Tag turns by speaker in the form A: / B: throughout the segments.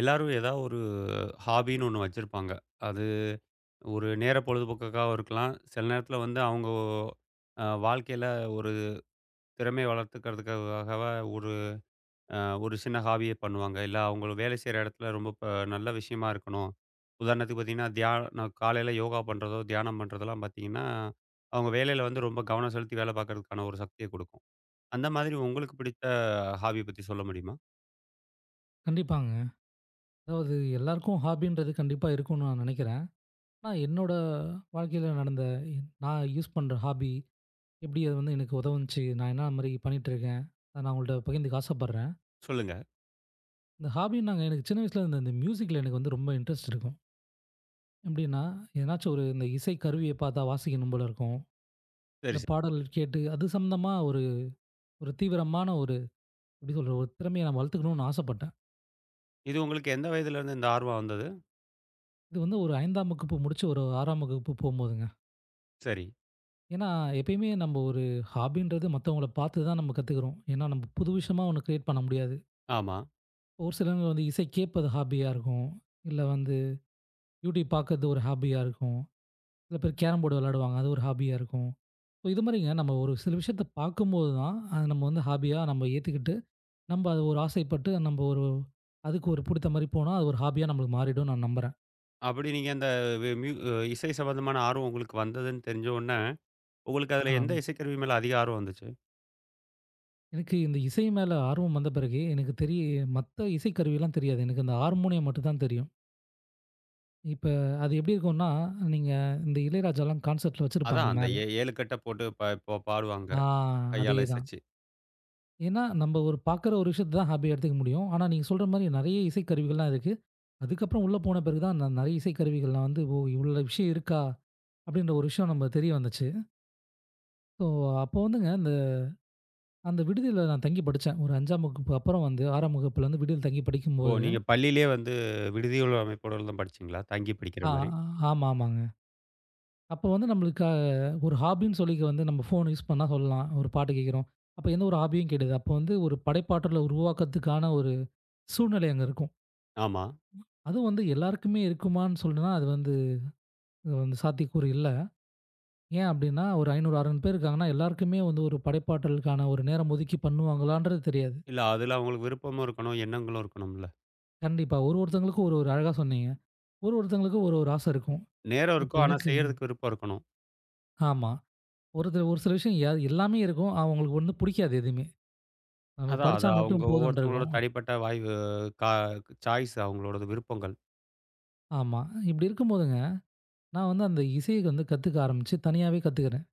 A: எல்லாரும் ஏதாவது ஒரு ஹாபின்னு ஒன்று வச்சுருப்பாங்க. அது ஒரு நேர பொழுதுபோக்குக்காகவும் இருக்கலாம். சில நேரத்தில வந்து அவங்க வாழ்க்கையில ஒரு திறமைய வளர்த்துக்கிறதுக்காகவ ஒரு அ ஒரு சின்ன ஹாபியே பண்ணுவாங்க. இல்ல அவங்க வேலை செய்ற இடத்துல ரொம்ப நல்ல விஷயமா இருக்கணும். உதாரணத்துக்கு பார்த்தீங்கன்னா, தியானம் காலையில யோகா பண்ணுறதோ, தியானம் பண்ணுறதெல்லாம் பார்த்தீங்கன்னா, அவங்க வேலையில வந்து ரொம்ப கவனம் செலுத்தி வேலை பார்க்கறதுக்கான ஒரு சக்திய குடுக்கும். அந்த மாதிரி உங்களுக்கு பிடித்த ஹாபி பத்தி சொல்ல முடியுமா?
B: கண்டிப்பாங்க. அதாவது எல்லாருக்கும் ஹாபின்றது கண்டிப்பா இருக்கும்னு நான் நினைக்கிறேன். ஆனா என்னோட வாழ்க்கையில நடந்த நான் யூஸ் பண்ற ஹாபி எப்படி அது வந்து எனக்கு உதவுனுச்சு, நான் என்ன மாரி பண்ணிட்டுருக்கேன், அத நான் உங்கள்ட்ட பகிர்ந்துக்க ஆசைப்படுறேன்.
A: சொல்லுங்க.
B: இந்த ஹாபின்னாங்க எனக்கு சின்ன வயசுல இந்த இந்த மியூசிக்ல எனக்கு வந்து ரொம்ப இன்ட்ரெஸ்ட் இருக்கும். எப்படின்னா, எதனாச்சும் ஒரு இந்த இசை கருவிய பார்த்தா வாசிக்கணும் போல இருக்கும்.
A: சரி,
B: இந்த
A: சரி.
B: பாடல் கேட்டு அது சம்மந்தமா ஒரு ஒரு தீவிரமான ஒரு எப்படி சொல்றது, ஒரு திறமைய நான் வளர்த்துக்கணும்னு ஆசைப்பட்டேன்.
A: இது உங்களுக்கு எந்த வயதிலேருந்து இந்த ஆர்வம் வந்தது?
B: இது வந்து ஒரு 5ஆம் வகுப்பு முடிச்சு ஒரு 6ஆம் வகுப்பு போம்போதுங்க.
A: சரி.
B: ஏன்னா, எப்பயுமே நம்ம ஒரு ஹாபின்றது மத்தவங்கள பார்த்து தான் நம்ம கத்துக்கிறோம். ஏன்னா, நம்ம புது விஷயமா ஒண்ணு கிரியேட் பண்ண முடியாது.
A: ஆமா.
B: ஒரு சிலவங்க வந்து இசை கேட்பது ஹாபியா இருக்கும். இல்ல வந்து யூடியூப் பார்க்கறது ஒரு ஹாபியா இருக்கும். சில பேர் கேரம் போர்டு விளையாடுவாங்க. அது ஒரு ஹாபியா இருக்கும். ஸோ இது மாரிங்க நம்ம ஒரு சில விஷயத்த பார்க்கும்போது தான், அத நம்ம வந்து ஹாபியா நம்ம ஏத்துக்கிட்டு, நம்ம அது ஒரு ஆசைப்பட்டு நம்ம ஒரு அதுக்கு ஒரு புடித்த மாரி போனா, அது ஒரு ஹாபியா நம்மளுக்கு மாறிடும்னு நான் நம்புறேன்.
A: அப்படி நீங்க அந்த வி மியூ அ இசை சம்மந்தமான ஆர்வம் உங்களுக்கு வந்ததுன்னு தெரிஞ்ச உடனே, உங்களுக்கு அதில
B: ஆ,
A: எந்த இசைக்கருவி மேல அதிக ஆர்வம் வந்துச்சு?
B: எனக்கு இந்த இசை மேல ஆர்வம் வந்த பிறகு, எனக்கு தெரிய மத்த இசைக்கருவிலாம் தெரியாது. எனக்கு இந்த ஹார்மோனியம் மட்டும் தான் தெரியும். இப்ப அது எப்படி இருக்கும்ன்னா, நீங்க இந்த இளையராஜாலாம் கான்செர்ட்ல
A: அதான்
B: வச்சிருப்பாங்க
A: அந்த
B: மேல.
A: ஏ 7 கட்ட போட்டு இப்ப பாடுவாங்க.
B: ஆ,
A: கையால
B: அதேதான்.
A: இசைச்சு.
B: ஏன்னா, நம்ம ஒரு பார்க்குற ஒரு விஷயத்த தான் ஹாபியா எடுத்துக்க முடியும். ஆனா, நீங்க சொல்ற மாரி நெறைய இசைக்கருவிகள்லாம் இருக்கு. அதுக்கப்புறம் உள்ள போன பிறகு தான் நான் நெறைய இசைக்கருவிகள்லாம் வந்து, ஓ! இவ்வளோ விஷயம் இருக்கா? அப்படின்ற ஒரு விஷயம் நம்ம தெரிய வந்துச்சு. ஸோ, அப்போ வந்துங்க அந்த அந்த விடுதியில நான் தங்கி படிச்சேன். ஒரு 5ஆம் வகுப்பு அப்புறம் வந்து 6ஆம் வகுப்புலேருந்து விடுதியில தங்கி
A: ஓ!
B: படிக்கும்போது
A: நீங்க பள்ளியிலேயே வந்து விடுதிகள் அமைப்போட தான் படிச்சீங்களா? தங்கி படிக்கிற
B: ஆ,
A: மாரி?
B: ஆமா, ஆமாங்க. அப்போ வந்து நம்மளுக்கு ஒரு ஹாபின்னு சொல்லிக்க வந்து நம்ம ஃபோன் யூஸ் பண்ணா சொல்லலாம். ஒரு பாட்டு கேட்கிறோம். அப்ப எந்த ஒரு ஹாபியும் கெடையாது. அப்போ வந்து ஒரு படைப்பாற்றல உருவாக்கத்துக்கான ஒரு சூழ்நிலை அங்க இருக்கும்.
A: ஆமா.
B: அதுவும் வந்து எல்லாருக்குமே இருக்குமான்னு சொல்லுனா, அது வந்து சாத்தியக்கூறு இல்ல. ஏன் அப்டின்னா, ஒரு 500, 600 பேர் இருக்காங்கன்னா, எல்லாருக்குமே வந்து ஒரு படைப்பாற்றலுக்கான ஒரு நேரம் ஒதுக்கி பண்ணுவாங்களான்றது தெரியாது.
A: இல்ல அதில அவங்களுக்கு விருப்பமும் இருக்கணும், எண்ணங்களும் இருக்கணும்ல.
B: கண்டிப்பா. ஒரு ஒருத்தவங்களுக்கும் ஒரு ஒரு அழகா சொன்னீங்க. ஒரு ஒருத்தவங்களுக்கும் ஒரு ஒரு ஆசை இருக்கும்.
A: நேரம்
B: இப்ப
A: இருக்கும். ஆனா
B: எனக்கு
A: செய்யறதுக்கு விருப்பம் இருக்கணும்.
B: ஆமா. ஒருத்தர் ஒரு சில விஷயம் எல்லாமே இருக்கும். அவங்களுக்கு ஒண்ணும் புடிக்காது எதுவுமே. நம்ம
A: அதான் அது
B: படிச்சா
A: அவங்க
B: மட்டும்
A: ஒவ்வொருத்தவங்களோட
B: போதுன்ருக்கும்.
A: தனிப்பட்ட வாய்வு கா சாய்ஸ் அவங்களோடது விருப்பங்கள்.
B: ஆமா. இப்படி இருக்கும்போதுங்க, நான் வந்து அந்த இசைய வந்து கத்துக்க ஆரம்பிச்சு, தனியாவே கத்துக்கிறேன்.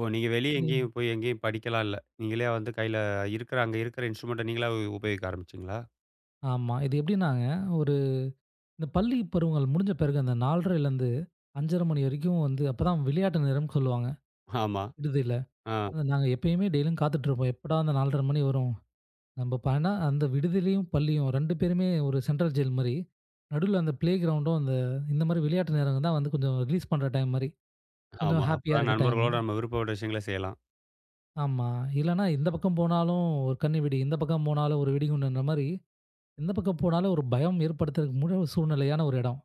A: ஓ! நீங்க வெளிய
B: சரி.
A: எங்கேயும் போய் எங்கேயும் படிக்கலாம் இல்ல. நீங்களே வந்து கையில இருக்கிற அங்க இருக்கிற இன்ஸ்ட்ருமெண்ட்ட நீங்களா உபயோகிக்க ஆரம்பிச்சீங்களா?
B: ஆமா. இது எப்படின்னாங்க, ஒரு இந்த பள்ளி பருவங்கள் முடிஞ்ச பிறகு அந்த 4:30லேருந்து 5:30 மணி வரைக்கும் வந்து அப்பதான் விளையாட்டு நேரம்னு சொல்லுவாங்க,
A: ஆமா.
B: விடுதியில.
A: ஆ,
B: அது நாங்க எப்பயுமே டெய்லியும் காத்துட்ருப்போம். எப்படா அந்த 4:30 மணி வரும்? நம்ப ப ஆனா அந்த விடுதியிலயும், பள்ளியும் 2 பேருமே ஒரு சென்ட்ரல் ஜெயில் மாரி. நடுவுல அந்த பிளே கிரவுண்டும், அந்த இந்த மாரி விளையாட்டு நேரங்கள் தான் வந்து கொஞ்சம் ரிலீஸ் பண்ற டைம் மாரி. கொஞ்சம்
A: ஆமா.
B: ஹேப்பியா
A: அப்பதான்
B: இருக்க டைம்.
A: நண்பர்களோட நம்ம விருப்பப்பட்ட விஷயங்கள செய்யலாம்.
B: ஆமா. இல்லன்னா இந்த பக்கம் போனாலும் ஒரு கண்ணி வெடி, இந்த பக்கம் போனாலும் ஒரு வெடிகுண்டுன்ற மாரி எந்த பக்கம் போனாலும் ஒரு பயம் ஏற்படுத்துறதுக்கு முழு சூழ்நிலையான ஒரு இடம்.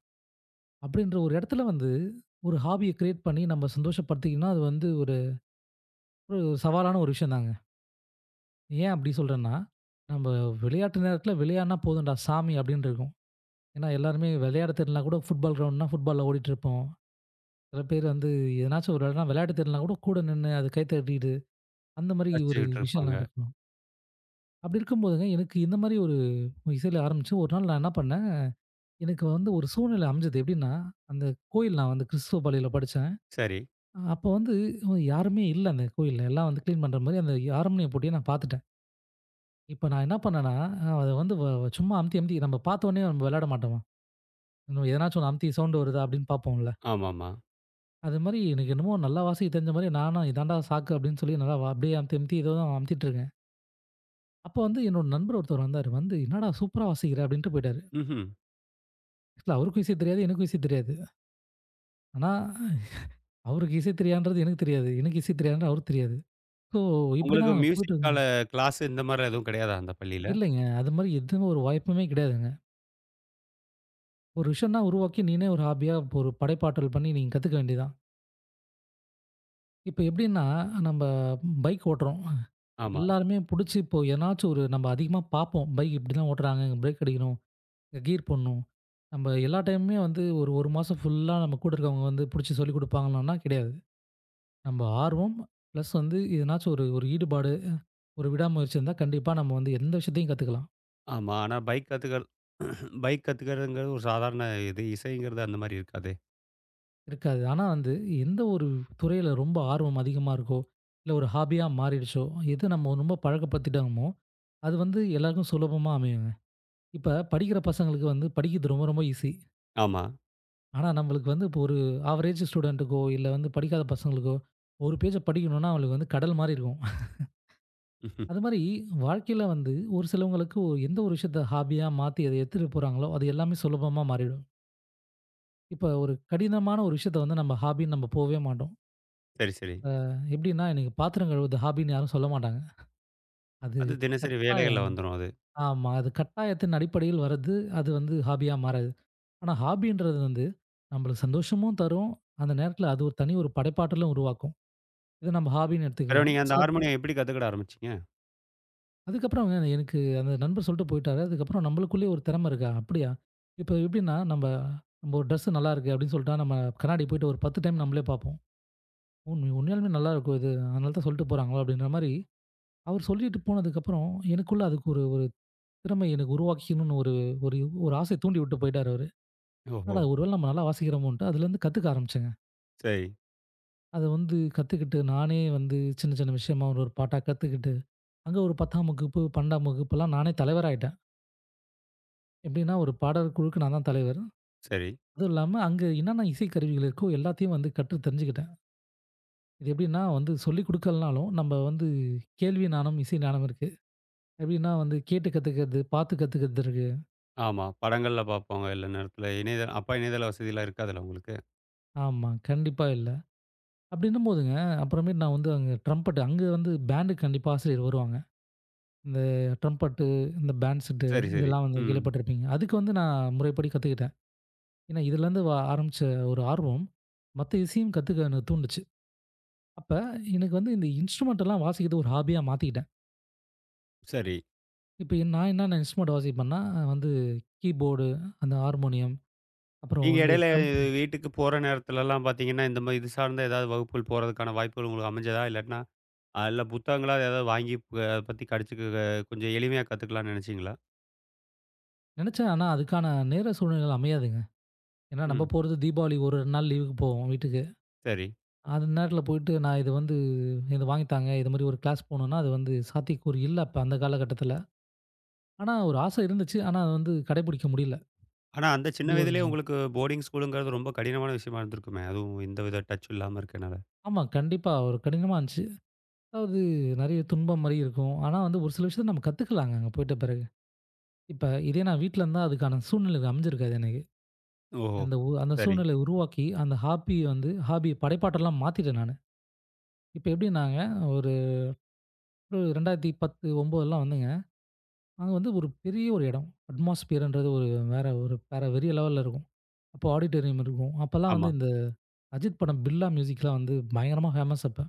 B: அப்படின்ற ஒரு இடத்துல வந்து, ஒரு ஹாபிய கிரியேட் பண்ணி நம்ம சந்தோஷப்படுத்திக்கணும்னா, அது வந்து ஒரு ஒரு சவாலான ஒரு விஷயம் தாங்க. ஏன் அப்படி சொல்றேன்னா, நம்ம விளையாட்டு நேரத்தில விளையாடுனா போதும்டா சாமி அப்படின்னு இருக்கும். ஏன்னா எல்லாருமே விளையாட தெரியலனா கூட ஃபுட்பால் கிரவுண்ட்னா ஃபுட்பால்ல ஓடிட்டுருப்போம். சில பேர் வந்து எதனாச்சும் ஒரு இடம்னா விளையாட தெரியலனா கூட கூட நின்னு அது கை தட்டிட்டு, அந்த மாரி ஒரு
A: ரசிச்சுக்கிட்டு
B: விஷயம்லாம்
A: இருப்பாங்க.
B: இருக்கும். அப்படி இருக்கும்போதுங்க எனக்கு இந்த மாரி ஒரு இசையில ஆரம்பிச்சு ஒரு நாள் நான் என்ன பண்ணேன் எனக்கு வந்து ஒரு சூழ்நிலை அமைஞ்சது எப்படின்னா, அந்த கோயில் நான் வந்து கிறிஸ்துவ பள்ளியில படிச்சேன்.
A: சரி.
B: அப்போ வந்து யாருமே இல்ல அந்த கோயில்ல. எல்லாம் வந்து கிளீன் பண்ற மாரி அந்த யாருமே பூட்டியே நான் பார்த்துட்டேன். இப்ப நான் என்ன பண்ணேன்னா, அத வந்து வ வ- சும்மா அமுத்தி அமுத்தி நம்ம பார்த்தோனே நம்ம விளையாட மாட்டோமாம். நம்ம எதனாச்சும் ஒண்ணு அமுத்தி சவுண்ட் வருதா அப்படின்னு பார்ப்போம்ல.
A: ஆமாமா.
B: அது மாரி எனக்கு என்னமோ நல்லா வாசிக்க தெரிஞ்ச மாரி நானா இதான்டா சாக்கு அப்படின்னு சொல்லி அப்படியே அமுத்தி அமுத்தி ஏதோ அமுத்திட்டு இருக்கேன். அப்போ வந்து என்னோட நண்பர் ஒருத்தர் வந்தாரு. வந்து "என்னடா சூப்பரா வாசிக்கிற" அப்படின்ட்டு போயிட்டாரு.
A: ம்ஹ்ம்.
B: ஆக்சுவலா அவருக்கும் இசை தெரியாது, எனக்கும் இசை தெரியாது. ஆனா அவருக்கு இசை தெரியான்றது எனக்கு தெரியாது. எனக்கு இசை தெரியாதுன்றது அவருக்கு தெரியாது. ஸோ
A: உங்களுக்கு
B: இப்படிதான்
A: மியூசிக்கால
B: போயிட்டுருந்தோம்.
A: கிளாஸ் இந்த மாரிலாம் எதுவும் கிடையாதா அந்த பள்ளியில?
B: இல்லைங்க. அது மாரி எதுவும் ஒரு வாய்ப்புமே கிடையாதுங்க. ஒரு விஷயம்னா உருவாக்கி நீனே ஒரு ஹாபியா ஒரு படைப்பாற்றல் பண்ணி நீங்க கத்துக்க வேண்டியதுதான். இப்ப எப்படின்னா நம்ம பைக் ஓட்டுறோம்.
A: ஆமா,
B: எல்லாருமே புடிச்சு இப்போ எதனாச்சும் ஒரு நம்ம அதிகமா பார்ப்போம். பைக் இப்படிதான் ஓட்டுறாங்க. இங்கே பிரேக் அடிக்கணும். கியர் போடணும். நம்ம எல்லா டைமுமே வந்து ஒரு 1 மாசம் ஃபுல்லா நம்ம கூட இருக்கவங்க வந்து புடிச்சு சொல்லிக் குடுப்பாங்கன்னா கிடையாது. நம்ம ஆர்வம், பிளஸ் வந்து எதனாச்சும் ஒரு ஒரு ஈடுபாடு, ஒரு விடாமுயற்சி இருந்தா கண்டிப்பா நம்ம வந்து எந்த விஷயத்தையும் கத்துக்கலாம்.
A: ஆமா. ஆனா பைக் கத்துக்கறது பைக் கத்துக்கிறதுங்கிறது ஒரு சாதாரண இது. இசைங்கிறது அந்த மாரி இருக்காதே!
B: இருக்காது. ஆனா வந்து எந்த ஒரு துறையில ரொம்ப ஆர்வம் அதிகமா இருக்கோ, இல்ல ஒரு ஹாபியா மாறிடுச்சோ, எது நம்ம ரொம்ப பழக்கப்படுத்திட்டோமோ, அது வந்து எல்லாருக்கும் சுலபமா அமையுங்க. இப்ப படிக்கிற பசங்களுக்கு வந்து படிக்கிறது ரொம்ப ரொம்ப ஈஸி.
A: ஆமா.
B: ஆனா நம்மளுக்கு வந்து இப்போ ஒரு ஆவரேஜ் ஸ்டூடண்ட்டுக்கோ, இல்ல வந்து படிக்காத பசங்களுக்கோ, ஒரு பேஜ படிக்கணும்னா அவங்களுக்கு வந்து கடல் மாரி இருக்கும்.
A: ம்ஹ்ம்.
B: அது மாரி வாழ்க்கையில வந்து ஒரு சிலவங்களுக்கு ஒரு எந்த ஒரு விஷயத்த ஹாபியா மாத்தி அத எடுத்துட்டு போறாங்களோ, அது எல்லாமே சுலபமா மாறிடும். இப்ப ஒரு கடினமான ஒரு விஷயத்த வந்து நம்ம ஹாபின்னு நம்ம போவே மாட்டோம்.
A: சரி, சரி.
B: அ எப்படின்னா, எனக்கு பாத்திரம் கழுவுறது ஹாபின்னு யாரும் சொல்ல மாட்டாங்க. அது
A: அது தினசரி வேலைகள்ல
B: கட்டாயம்
A: வந்துரும் அது.
B: ஆமா. அது கட்டாயத்தின் அடிப்படையில் வர்றது, அது வந்து ஹாபியா மாறாது. ஆனா, ஹாபின்றது வந்து நம்மளுக்கு சந்தோஷமும் தரும். அந்த நேரத்தில அது ஒரு தனி ஒரு படைப்பாற்றலும் உருவாக்கும். இத நம்ம ஹாபின்னு
A: பிறகு
B: எடுத்துக்கலாம்.
A: நீங்க அந்த
B: சில
A: ஹார்மோனியம் எப்படி கத்துக்கிட ஆரம்பிச்சீங்க?
B: அதுக்கப்புறம் எனக்கு அந்த நண்பர் சொல்லிட்டு போயிட்டாரு. அதுக்கப்புறம் நம்மளுக்குள்ளேயே ஒரு திறமை இருக்கா? அப்படியா? இப்போ எப்படின்னா, நம்ம நம்ம ஒரு ட்ரெஸ் நல்லா இருக்கு அப்படின்னு சொல்லிட்டா, நம்ம கண்ணாடி போயிட்டு ஒரு 10 டைம் நம்மளே பார்ப்போம். உண்மையாலுமே நல்லா இருக்கும் இது. அதனால தான் சொல்லிட்டு போறாங்களோ அப்படின்ற மாரி அவர் சொல்லிட்டு போனதுக்கப்புறம், எனக்குள்ள அதுக்கு ஒரு ஒரு திறமை எனக்கு உருவாக்கிக்கணும்னு ஒரு ஒரு ஒரு ஆசைய தூண்டி விட்டு போயிட்டாரு அவரு.
A: ஓஹோ!
B: என்னடா ஒரு வேளை நம்ம நல்லா வாசிக்கிறோமோன்ட்டு அதுலேருந்து கத்துக்க ஆரம்பிச்சேங்க.
A: சரி,
B: அத வந்து கத்துக்கிட்டு நானே வந்து சின்ன சின்ன விஷயமா ஒரு ஒரு பாட்டா கத்துக்கிட்டு, அங்க ஒரு 10ஆம் வகுப்பு, 12ஆம் வகுப்புலாம் நானே தலைவராயிட்டேன். எப்படின்னா ஒரு பாடல் குழுக்கு நான் தான் தலைவர்.
A: சரி.
B: அதுவும் இல்லாம அங்க என்னென்ன இசை கருவிகள் இருக்கோ எல்லாத்தையும் வந்து கற்று தெரிஞ்சுக்கிட்டேன். இது எப்படின்னா வந்து சொல்லிக் குடுக்கலனாலும் நம்ம வந்து கேள்வி ஞானம், இசை ஞானம் இருக்கு. எப்படின்னா வந்து கேட்டு கத்துக்கிறது, பார்த்து கத்துக்கிறது இருக்கு.
A: ஆமா. படங்கள்ல பார்ப்பாங்க எல்லா நேரத்துல. இணையதள அப்ப இணையதள வசதிலாம் இருக்காதுல்ல உங்களுக்கு?
B: ஆமா, கண்டிப்பா இல்ல. அப்படின்னும் போதுங்க, அப்புறமேட்டு நான் வந்து அங்க ட்ரம்பெட் அங்க வந்து பேண்டுக்கு கண்டிப்பா ஆசிரியர் வருவாங்க. இந்த ட்ரம்பெட்டு, இந்த பேண்ட் செட்டு
A: சரி, சரி.
B: இதெல்லாம் வந்து
A: ம்.
B: கேள்விப்பட்டிருப்பீங்க. அதுக்கு வந்து நான் முறைப்படி கத்துக்கிட்டேன். ஏன்னா இதுலேருந்து ஆரம்பிச்ச ஒரு ஆர்வம், மத்த இசையும் கத்துக்க என்ன தூண்டுச்சு. அப்ப எனக்கு வந்து இந்த இன்ஸ்ட்ருமெண்ட் எல்லாம் வாசிக்கிறது ஒரு ஹாபியா மாத்திக்கிட்டேன்.
A: சரி.
B: இப்ப நான் என்னென்ன இன்ஸ்ட்ருமெண்ட் வாசிப்பேன்னா, வந்து கீபோர்டு, அந்த ஹார்மோனியம், அப்புறம்
A: நீங்க
B: வந்து
A: இடையில
B: ட்ரம்ப்
A: வீட்டுக்கு போற நேரத்துலலாம் பார்த்தீங்கன்னா, இந்த மாரி இது சார்ந்த ஏதாவது வகுப்புகள் போறதுக்கான வாய்ப்புகள் உங்களுக்கு அமைஞ்சதா? இல்லாட்டினா, அதுல புத்தகங்களா ஏதாவது வாங்கி அத பத்தி கடிச்சுக்க கொஞ்சம் எளிமையா கத்துக்கலாம்னு நினைச்சீங்களா?
B: நினைச்சேன். ஆனா அதுக்கான நேர சூழ்நிலைகள் அமையாதுங்க. ஏன்னா நம்ம
A: ம்.
B: போறது தீபாவளி ஒரு 2 நாள் லீவுக்கு போவோம் வீட்டுக்கு.
A: சரி.
B: அந்த நேரத்துல போயிட்டு நான் இது வந்து "இத வாங்கி தாங்க. இது மாரி ஒரு கிளாஸ் போணும்னா, அது வந்து சாத்தியக்கூறு இல்ல" அப்ப அந்த காலகட்டத்துல. ஆனா ஒரு ஆசை இருந்துச்சு. ஆனா அது வந்து கடைபிடிக்க முடியல.
A: ஆனா அந்த சின்ன
B: இப்டி ஒரு
A: வயதிலேயே உங்களுக்கு போர்டிங் ஸ்கூலுங்கிறது ரொம்ப கடினமான விஷயமா இருந்திருக்குமே! அதுவும் எந்த வித டச் இல்லாம இருக்கனால.
B: ஆமா. கண்டிப்பா. ஒரு கடினமா இருந்துச்சு. அதாவது நெறைய துன்பம் மாரி இருக்கும். ஆனா வந்து ஒரு சில விஷயத்த நம்ம கத்துக்கலாங்க அங்க போயிட்ட பிறகு. இப்ப இதே நான் வீட்ல இருந்தா அதுக்கான சூழ்நிலை அமைஞ்சிருக்காது எனக்கு.
A: ஓஹோ!
B: அந்த
A: சரி.
B: சூழ்நிலைய உருவாக்கி, அந்த ஹாபிய வந்து ஹாபிய படைப்பாற்றலா மாத்திட்டேன் நானு. இப்ப எப்டின்னாங்க, ஒரு 2010, 9லாம் வந்து அங்க வந்து ஒரு பெரிய ஒரு இடம். அட்மாஸ்பியர்ன்றது ஒரு வேற வெறிய லெவல்ல இருக்கும். அப்போ ஆடிட்டோரியம் இருக்கும். அப்போலாம்
A: ஆமா.
B: வந்து இந்த அஜித் படம் பிர்லா மியூசிக்லாம் வந்து பயங்கரமா ஃபேமஸ் அப்ப.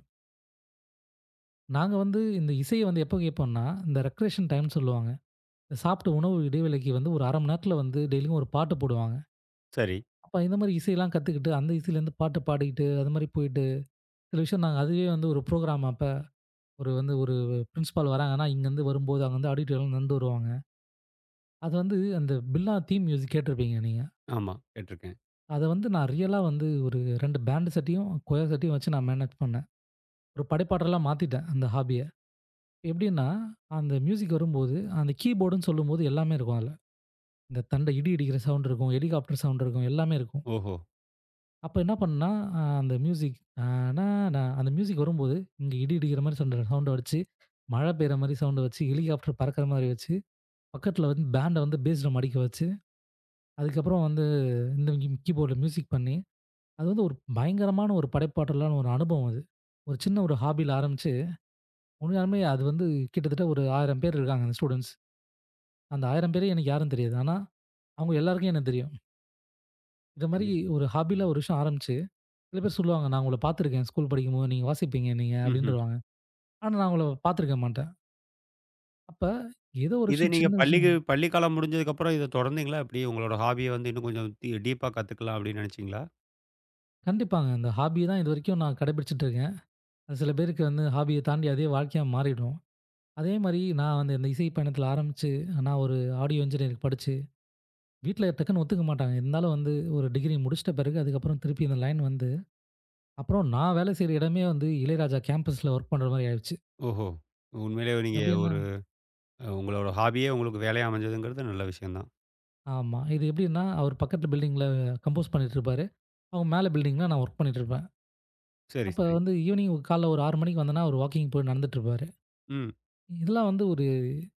B: நாங்க வந்து இந்த இசைய வந்து எப்போ கேட்போம்னா, இந்த ரெக்ரேஷன் டைம்னு சொல்லுவாங்க. இந்த சாப்பிட்ட உணவு இடைவேளைக்கு வந்து ஒரு 1/2 மணி நேரத்தில வந்து டெய்லியும் ஒரு பாட்டு போடுவாங்க.
A: சரி.
B: அப்ப இந்த மாரி இசையெல்லாம் கத்துக்கிட்டு, அந்த இசையிலேருந்து பாட்டு பாடிக்கிட்டு, அது மாரி போயிட்டு சில விஷயம் நாங்க அதுவே வந்து ஒரு புரோகிராம் அப்ப ஒரு வந்து ஒரு பிரின்சிபால் வராங்கன்னா, இங்கேருந்து வரும்போது அங்கேருந்து ஆடிட்டோரியம்லேருந்து வருவாங்க. அது வந்து அந்த பிர்லா தீம் மியூசிக் கேட்டிருப்பீங்க நீங்க.
A: ஆமா. கேட்டுருக்கேன்.
B: அத வந்து நான் ரியலா வந்து ஒரு 2 பேண்ட் சட்டையும், கொயர் சட்டையும் வச்சு நான் மேனேஜ் பண்ணேன். ஒரு படைப்பாற்றலா மாத்திட்டேன் அந்த ஹாபிய. எப்படின்னா, அந்த மியூசிக் வரும்போது, அந்த கீபோர்டுன்னு சொல்லும்போது எல்லாமே இருக்கும் அதுல. இந்த தண்டை இடி இடிக்கிற சவுண்ட் இருக்கும், ஹெலிகாப்டர் சவுண்ட் இருக்கும், எல்லாமே இருக்கும்.
A: ஓஹோ!
B: அப்ப என்ன பண்ணேன்னா, அ அந்த மியூசிக் அ நா நா அந்த மியூசிக் வரும்போது, இங்க இடி இடிக்கிற மாரி சவுண்ட வச்சு, மழை பெய்ற மாரி சவுண்ட வச்சு, ஹெலிகாப்டர் பறக்கிற மாரி வச்சு, பக்கத்துல வந்து பேண்ட வந்து பேஸ் ட்ரம் அடிக்க வச்சு, அதுக்கப்புறம் வந்து இந்த கீபோர்டுல மியூசிக் பண்ணி அது வந்து ஒரு பயங்கரமான ஒரு படைப்பாற்றலான ஒரு அனுபவம் அது. ஒரு சின்ன ஒரு ஹாபில ஆரம்பிச்சு, உண்மையாலுமே அது வந்து கிட்டத்தட்ட ஒரு 1000 பேர் இருக்காங்க அந்த ஸ்டூடண்ட்ஸ். அந்த 1000 பேரையும் எனக்கு யாருன்னு தெரியாது. ஆனா, அவங்க எல்லாருக்கும் என்ன தெரியும். இந்த மாரி
A: கண்டிப்
B: ஒரு ஹாபில ஒரு விஷயம் ஆரம்பிச்சு, சில பேர் சொல்லுவாங்க, "நான் உங்கள பார்த்துருக்கேன். ஸ்கூல் படிக்கும்போது நீங்க வாசிப்பீங்க நீங்க"
A: ம்ஹ்ம்.
B: அப்படின்ருவாங்க. ஆனா, நான் அவங்கள பார்த்துருக்க மாட்டேன். அப்ப ஏதோ ஒரு
A: இது
B: விஷயம்
A: நீங்க
B: சின்ன
A: பள்ளிக்கு
B: விஷயம்
A: பள்ளி காலம் முடிஞ்சதுக்கப்புறம் இத தொடர்ந்தீங்களா? எப்படி உங்களோட ஹாபிய வந்து இன்னும் கொஞ்சம் டீப்பா கத்துக்கலாம் அப்படின்னு நினைச்சீங்களா?
B: கண்டிப்பாங்க. இந்த ஹாபி தான் இதுவரைக்கும் நான் கடைபிடிச்சுட்டு இருக்கேன். அது சில பேருக்கு வந்து ஹாபிய தாண்டி அதே வாழ்க்கையா மாறிடும். அதே மாரி நான் வந்து இந்த இசை பயணத்தில ஆரம்பிச்சு, நான் ஒரு ஆடியோ இன்ஜினியரிங் படிச்சு வீட்ல டக்குன்னு ஒத்துக்க மாட்டாங்க. இருந்தாலும் வந்து ஒரு டிகிரி முடிச்சிட்ட பிறகு, அதுக்கப்புறம் திருப்பி இந்த லைன் வந்து அப்புறம் நான் வேலை செய்ற இடமே வந்து இளையராஜா கேம்பஸ்ல ஒர்க் பண்ற மாரி ஆயிருச்சு.
A: ஓஹோ! உண்மையிலேயே நீங்க
B: எப்படின்னா
A: ஒரு உங்களோட ஹாபியே உங்களுக்கு வேலையா அமைஞ்சதுங்கிறது நல்ல விஷயம் தான்.
B: ஆமா. இது எப்படின்னா, அவர் பக்கத்து பில்டிங்ல கம்போஸ் பண்ணிட்டுருப்பாரு. அவங்க மேல பில்டிங்ல நான் ஒர்க் பண்ணிட்டுருப்பேன்.
A: சரி,
B: அப்ப
A: சரி.
B: வந்து ஈவினிங் காலைல ஒரு 6 மணிக்கு வந்தேன்னா, அவர் வாக்கிங் போய் நடந்துட்டுருப்பாரு.
A: ம்.
B: இதெல்லாம் வந்து ஒரு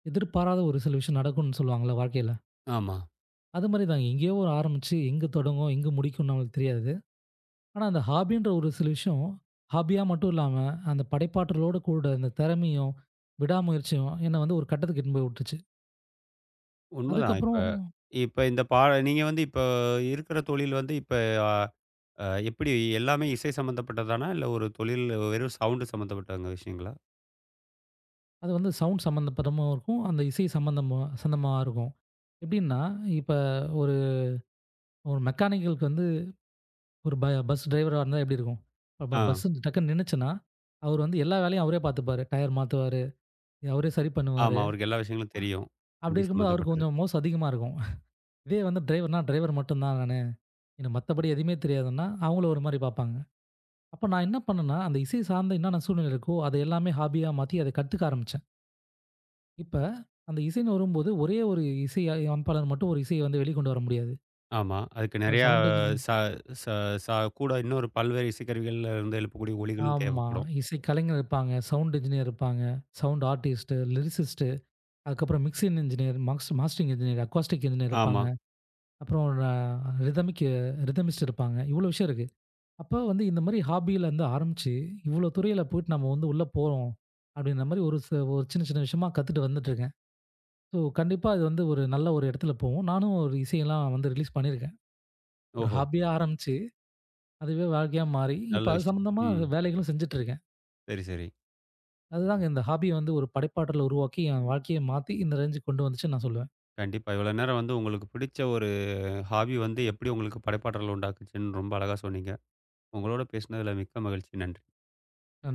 B: எதிர்பாராத ஒரு சில விஷயம் நடக்கும்னு சொல்லுவாங்கல்ல வாழ்க்கையில.
A: ஆமா.
B: அது மாரி தான் எங்கேயோ ஒரு ஆரம்பிச்சு, எங்க தொடங்கும், எங்க முடிக்கும்னு நம்மளுக்கு தெரியாது. ஆனா, அந்த ஹாபின்ற ஒரு சில விஷயம், ஹாபியா மட்டும் இல்லாம, அந்த படைப்பாற்றலோட கூட அந்த திறமையும், விடாமுயற்சியும் என்ன வந்து ஒரு கட்டத்துக்கு இட்டுன்னு போய் விட்டுச்சு.
A: உண்மதான். இப்ப
B: அதுக்கப்புறம்
A: இப்ப இந்த பா நீங்க வந்து இப்ப இருக்கிற தொழில் வந்து இப்ப அ அ எப்படி எல்லாமே இசை சம்மந்தப்பட்டதானா? இல்ல ஒரு தொழில் வெறும் சவுண்ட் சம்மந்தப்பட்டங்க விஷயங்களா?
B: அது வந்து சவுண்ட் சம்மந்தப்பட்டமாவும் இருக்கும். அந்த இசை சம்மந்தமா சம்மந்தமா இருக்கும். எப்படின்னா, இப்ப ஒரு ஒரு மெக்கானிக்கலுக்கு வந்து ஒரு பஸ் டிரைவரா இருந்தா எப்படி இருக்கும்? இப்ப
A: ஆ.
B: பஸ் டக்குன்னு நின்னுச்சுன்னா, அவரு வந்து எல்லா வேலையும் அவரே பார்த்துப்பாரு. டயர் மாத்துவாரு, அவரே சரி
A: ஆமா.
B: பண்ணுவாரு.
A: அவருக்கு எல்லா விஷயங்களும் தெரியும்.
B: அப்படி
A: வண்டி
B: இருக்கும்போது அவருக்கு
A: சம்மந்தப்பட்டது.
B: கொஞ்சம் மவுசு அதிகமா இருக்கும். இதே வந்து டிரைவர்னா, டிரைவர் மட்டும் தான் நானு. எனக்கு மத்தபடி எதுவுமே தெரியாதுன்னா, அவங்கள ஒரு மாரி பார்ப்பாங்க. அப்ப நான் என்ன பண்ணேன்னா, அந்த இசை சார்ந்த என்னென்ன சூழ்நிலை இருக்கோ, அது எல்லாமே ஹாபியா மாத்தி அத கத்துக்க ஆரம்பிச்சேன். இப்ப அந்த இசைன்னு வரும்போது, ஒரே ஒரு இசை அமைப்பாளர் மட்டும் ஒரு இசைய வந்து வெளிக்கொண்டு வர முடியாது.
A: ஆமா. அதுக்கு
B: இப்ப
A: நெறையா
B: சவுண்ட் என்ஜினியர்
A: ச ச ச கூட இன்னொரு பல்வேறு இசைக்கருவிகள்ல இருந்து எழுப்பக்கூடிய ஒலிகளும்
B: ஆமா.
A: தேவைப்படும்.
B: இசை கலைஞர் இருப்பாங்க, சவுண்ட் என்ஜினியர் இருப்பாங்க, சவுண்ட் ஆர்டிஸ்ட்டு, லிரிசிஸ்ட்டு, அதுக்கப்புறம் மிக்சிங் என்ஜினியர், மாக்ஸ் மாஸ்டரிங் என்ஜினியர், அக்வாஸ்டிக் என்ஜினியர்
A: ஆமா.
B: இருப்பாங்க. அப்புறம் அ ரிதமிக் ரிதமிஸ்ட் இருப்பாங்க. இவ்வளோ விஷயம் இருக்கு. அப்ப வந்து இந்த மாரி ஹாபிலருந்து ஆரம்பிச்சு, இவ்வளோ துறையில போயிட்டு நம்ம வந்து உள்ள போறோம், அப்படின்ற மாரி ஒரு சின்ன சின்ன விஷயமா கத்துட்டு வந்துட்டுருக்கேன். ஸோ கண்டிப்பா இது வந்து ஒரு நல்ல ஒரு இடத்துல போவும். நானும் ஒரு இசையெல்லாம் வந்து ரிலீஸ் பண்ணியிருக்கேன். ஒரு
A: ஓஹோ!
B: ஹாபியா ஆரம்பிச்சு, அதுவே வாழ்க்கையா மாறி,
A: நல்ல
B: இப்ப அது
A: விஷயம்.
B: சம்மந்தமா
A: ம்.
B: வேலைகளும் செஞ்சுட்டு இருக்கேன்.
A: சரி, சரி.
B: அதுதாங்க இந்த ஹாபிய வந்து ஒரு படைப்பாற்றல உருவாக்கி, என் வாழ்க்கைய மாத்தி இந்த ரேஞ்சுக்கு கொண்டு வந்துச்சுன்னு நான் சொல்லுவேன்.
A: கண்டிப்பா. இவ்வளோ நேரம் வந்து உங்களுக்கு பிடிச்ச ஒரு ஹாபி வந்து எப்படி உங்களுக்கு படைப்பாற்றல் உண்டாக்குச்சுன்னு ரொம்ப அழகா சொன்னீங்க. உங்களோட பேசினதுல மிக்க மகிழ்ச்சி. நன்றி.
B: நன்றி.